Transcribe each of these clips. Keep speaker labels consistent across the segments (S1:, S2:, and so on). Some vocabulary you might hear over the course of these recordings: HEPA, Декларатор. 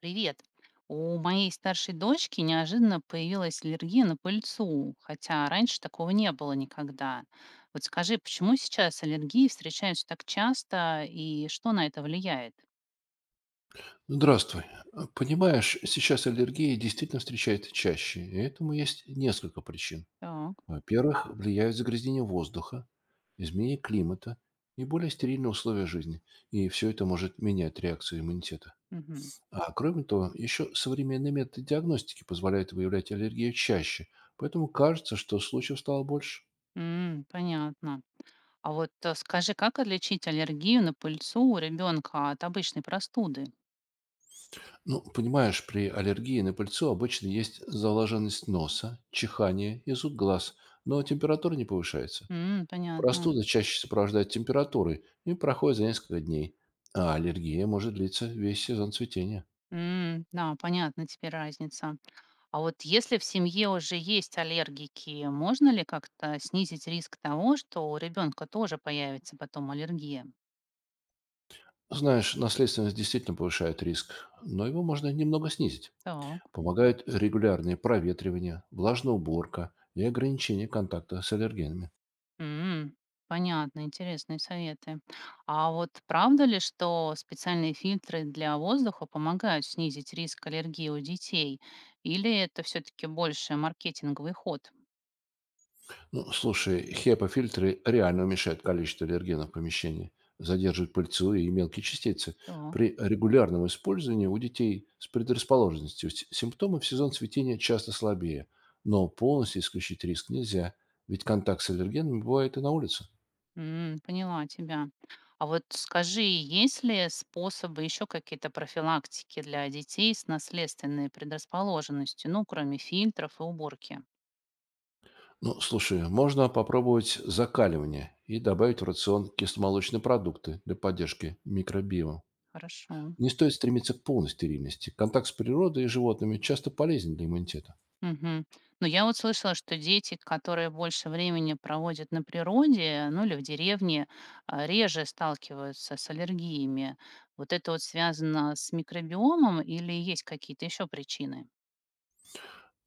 S1: Привет. У моей старшей дочки неожиданно появилась аллергия на пыльцу, хотя раньше такого не было никогда. Вот скажи, почему сейчас аллергии встречаются так часто и что на это влияет?
S2: Здравствуй. Понимаешь, сейчас аллергия действительно встречается чаще, и этому есть несколько причин.
S1: Так,
S2: Во-первых, влияют загрязнение воздуха, изменение климата и более стерильные условия жизни, и все это может менять реакцию иммунитета.
S1: мгм.
S2: А кроме того, еще современные методы диагностики позволяют выявлять аллергию чаще, поэтому кажется, что случаев стало больше.
S1: Понятно. А вот скажи, как отличить аллергию на пыльцу у ребенка от обычной простуды?
S2: Ну, понимаешь, при аллергии на пыльцу обычно есть заложенность носа, чихание и зуд глаз, но температура не повышается.
S1: Понятно.
S2: Простуда чаще сопровождает температурой и проходит за несколько дней, а аллергия может длиться весь сезон цветения.
S1: Да, понятно теперь разница. А вот если в семье уже есть аллергики, можно ли как-то снизить риск того, что у ребенка тоже появится потом аллергия?
S2: Знаешь, наследственность действительно повышает риск, но его можно немного снизить.
S1: Так,
S2: Помогают регулярные проветривания, влажная уборка и ограничение контакта с аллергенами.
S1: м, понятно, интересные советы. А вот правда ли, что специальные фильтры для воздуха помогают снизить риск аллергии у детей? Или это все-таки больше маркетинговый ход?
S2: Ну, слушай, HEPA-фильтры реально уменьшают количество аллергенов в помещении, задерживают пыльцу и мелкие частицы.
S1: Так.
S2: При регулярном использовании у детей с предрасположенностью симптомы в сезон цветения часто слабее, но полностью исключить риск нельзя, ведь контакт с аллергенами бывает и на улице.
S1: Поняла тебя. А вот скажи, есть ли способы, еще какие-то профилактики для детей с наследственной предрасположенностью, ну, кроме фильтров и уборки?
S2: Ну, слушай, можно попробовать закаливание и добавить в рацион кисломолочные продукты для поддержки микробиома.
S1: Хорошо.
S2: Не стоит стремиться к полной стерильности. Контакт с природой и животными часто полезен для иммунитета.
S1: Мгм. Ну, я вот слышала, что дети, которые больше времени проводят на природе, ну, или в деревне, реже сталкиваются с аллергиями. Вот это вот связано с микробиомом или есть какие-то еще причины?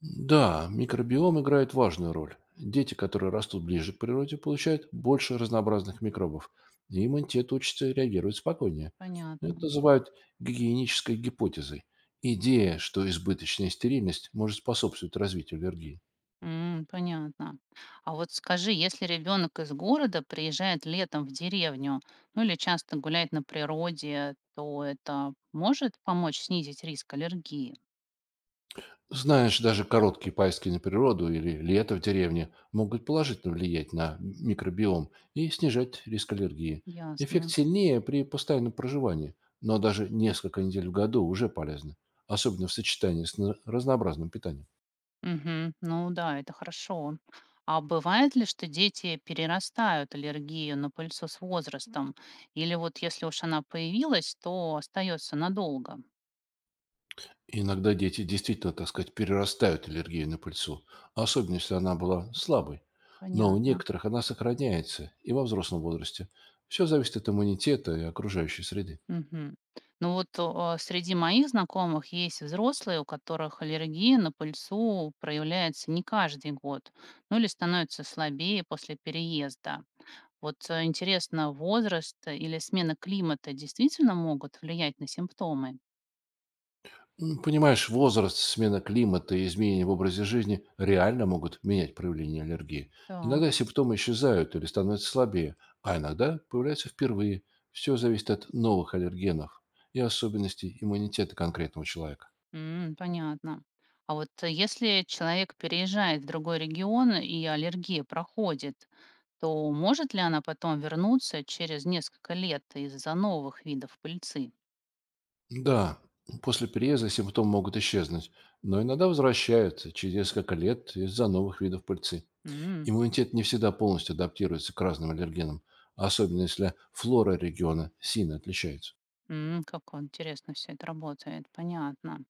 S2: Да, микробиом играет важную роль. Дети, которые растут ближе к природе, получают больше разнообразных микробов, и иммунитет учится реагировать спокойнее. Это
S1: Понятно.
S2: называют гигиенической гипотезой. Идея, что избыточная стерильность может способствовать развитию аллергии.
S1: Понятно. А вот скажи, если ребенок из города приезжает летом в деревню, ну или часто гуляет на природе, то это может помочь снизить риск аллергии?
S2: Знаешь, даже короткие поездки на природу или лето в деревне могут положительно влиять на микробиом и снижать риск аллергии. Эффект
S1: Ясно.
S2: сильнее при постоянном проживании, но даже несколько недель в году уже полезно, особенно в сочетании с разнообразным питанием.
S1: Мгм. Ну да, это хорошо. А бывает ли, что дети перерастают аллергию на пыльцу с возрастом? Или вот если уж она появилась, то остается надолго?
S2: Иногда дети действительно, так сказать, перерастают аллергию на пыльцу, особенно если она была слабой. Но у
S1: Понятно.
S2: некоторых она сохраняется и во взрослом возрасте. Все зависит от иммунитета и окружающей среды.
S1: Мгм. Ну вот, среди моих знакомых есть взрослые, у которых аллергия на пыльцу проявляется не каждый год, ну или становится слабее после переезда. Вот интересно, возраст или смена климата действительно могут влиять на симптомы?
S2: Понимаешь, возраст, смена климата и изменения в образе жизни реально могут менять проявление аллергии. Иногда
S1: Так.
S2: симптомы исчезают или становятся слабее, а иногда появляются впервые. Все зависит от новых аллергенов и особенностей иммунитета конкретного человека.
S1: Понятно. А вот если человек переезжает в другой регион и аллергия проходит, то может ли она потом вернуться через несколько лет из-за новых видов пыльцы?
S2: Да, после переезда симптомы могут исчезнуть, но иногда возвращаются через несколько лет из-за новых видов пыльцы.
S1: М,
S2: Иммунитет не всегда полностью адаптируется к разным аллергенам, особенно если флора региона сильно отличается.
S1: как интересно все это работает, понятно.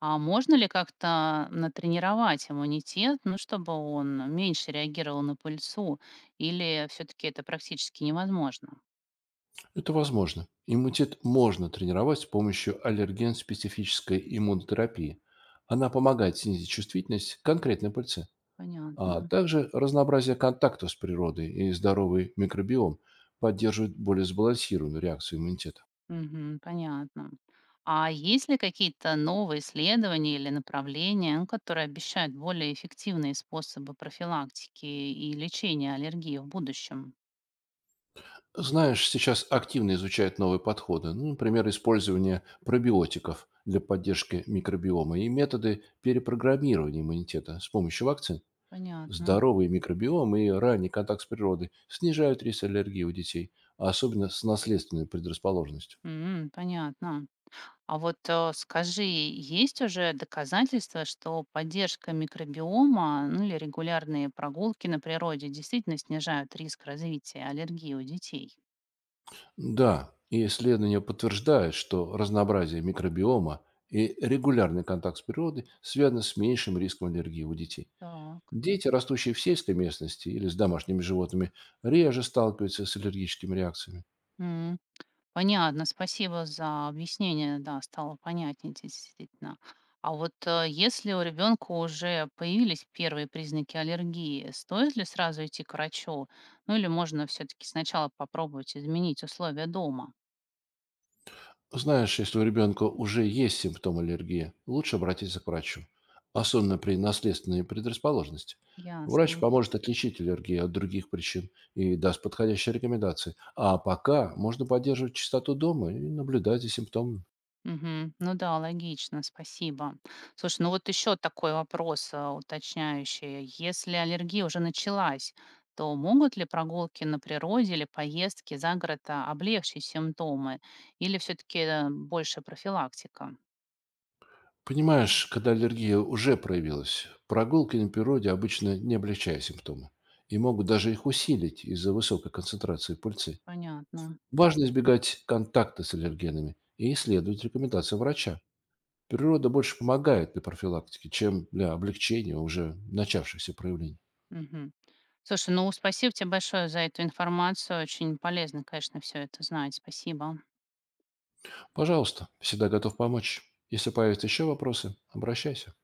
S1: А можно ли как-то натренировать иммунитет, ну, чтобы он меньше реагировал на пыльцу, или все таки это практически невозможно?
S2: Это возможно. Иммунитет можно тренировать с помощью аллерген-специфической иммунотерапии. Она помогает снизить чувствительность к конкретной пыльце, а
S1: Понятно.
S2: также разнообразие контактов с природой и здоровый микробиом поддерживает более сбалансированную реакцию иммунитета.
S1: Мгм, понятно. А есть ли какие-то новые исследования или направления, ну, которые обещают более эффективные способы профилактики и лечения аллергии в будущем?
S2: Знаешь, сейчас активно изучают новые подходы, ну, например, использование пробиотиков для поддержки микробиома и методы перепрограммирования иммунитета с помощью вакцин.
S1: Понятно.
S2: Здоровый микробиом и ранний контакт с природой снижают риск аллергии у детей, а особенно с наследственной предрасположенностью.
S1: Понятно. А вот скажи, есть уже доказательства, что поддержка микробиома, ну или регулярные прогулки на природе действительно снижают риск развития аллергии у детей?
S2: Да, и исследования подтверждают, что разнообразие микробиома и регулярный контакт с природой связаны с меньшим риском аллергии у детей.
S1: Так,
S2: Дети, растущие в сельской местности или с домашними животными, реже сталкиваются с аллергическими реакциями.
S1: м, понятно, спасибо за объяснение, да, стало понятнее действительно. А вот если у ребенка уже появились первые признаки аллергии, стоит ли сразу идти к врачу? Ну или можно все-таки сначала попробовать изменить условия дома?
S2: Знаешь, если у ребенка уже есть симптом аллергии, лучше обратиться к врачу, особенно при наследственной предрасположенности. Врач
S1: Ясно.
S2: поможет отличить аллергию от других причин и даст подходящие рекомендации. А пока можно поддерживать чистоту дома и наблюдать за симптомами.
S1: Мгм. Ну да, логично, спасибо. Слушай, ну вот еще такой вопрос уточняющий. Если аллергия уже началась, то могут ли прогулки на природе или поездки за город облегчить симптомы? Или все-таки больше профилактика?
S2: Понимаешь, когда аллергия уже проявилась, прогулки на природе обычно не облегчают симптомы и могут даже их усилить из-за высокой концентрации пыльцы.
S1: Понятно.
S2: Важно избегать контакта с аллергенами и следовать рекомендациям врача. Природа больше помогает для профилактики, чем для облегчения уже начавшихся проявлений.
S1: Мгм. Слушай, ну спасибо тебе большое за эту информацию. Очень полезно, конечно, все это знать. Спасибо.
S2: Пожалуйста, всегда готов помочь. Если появятся еще вопросы, обращайся.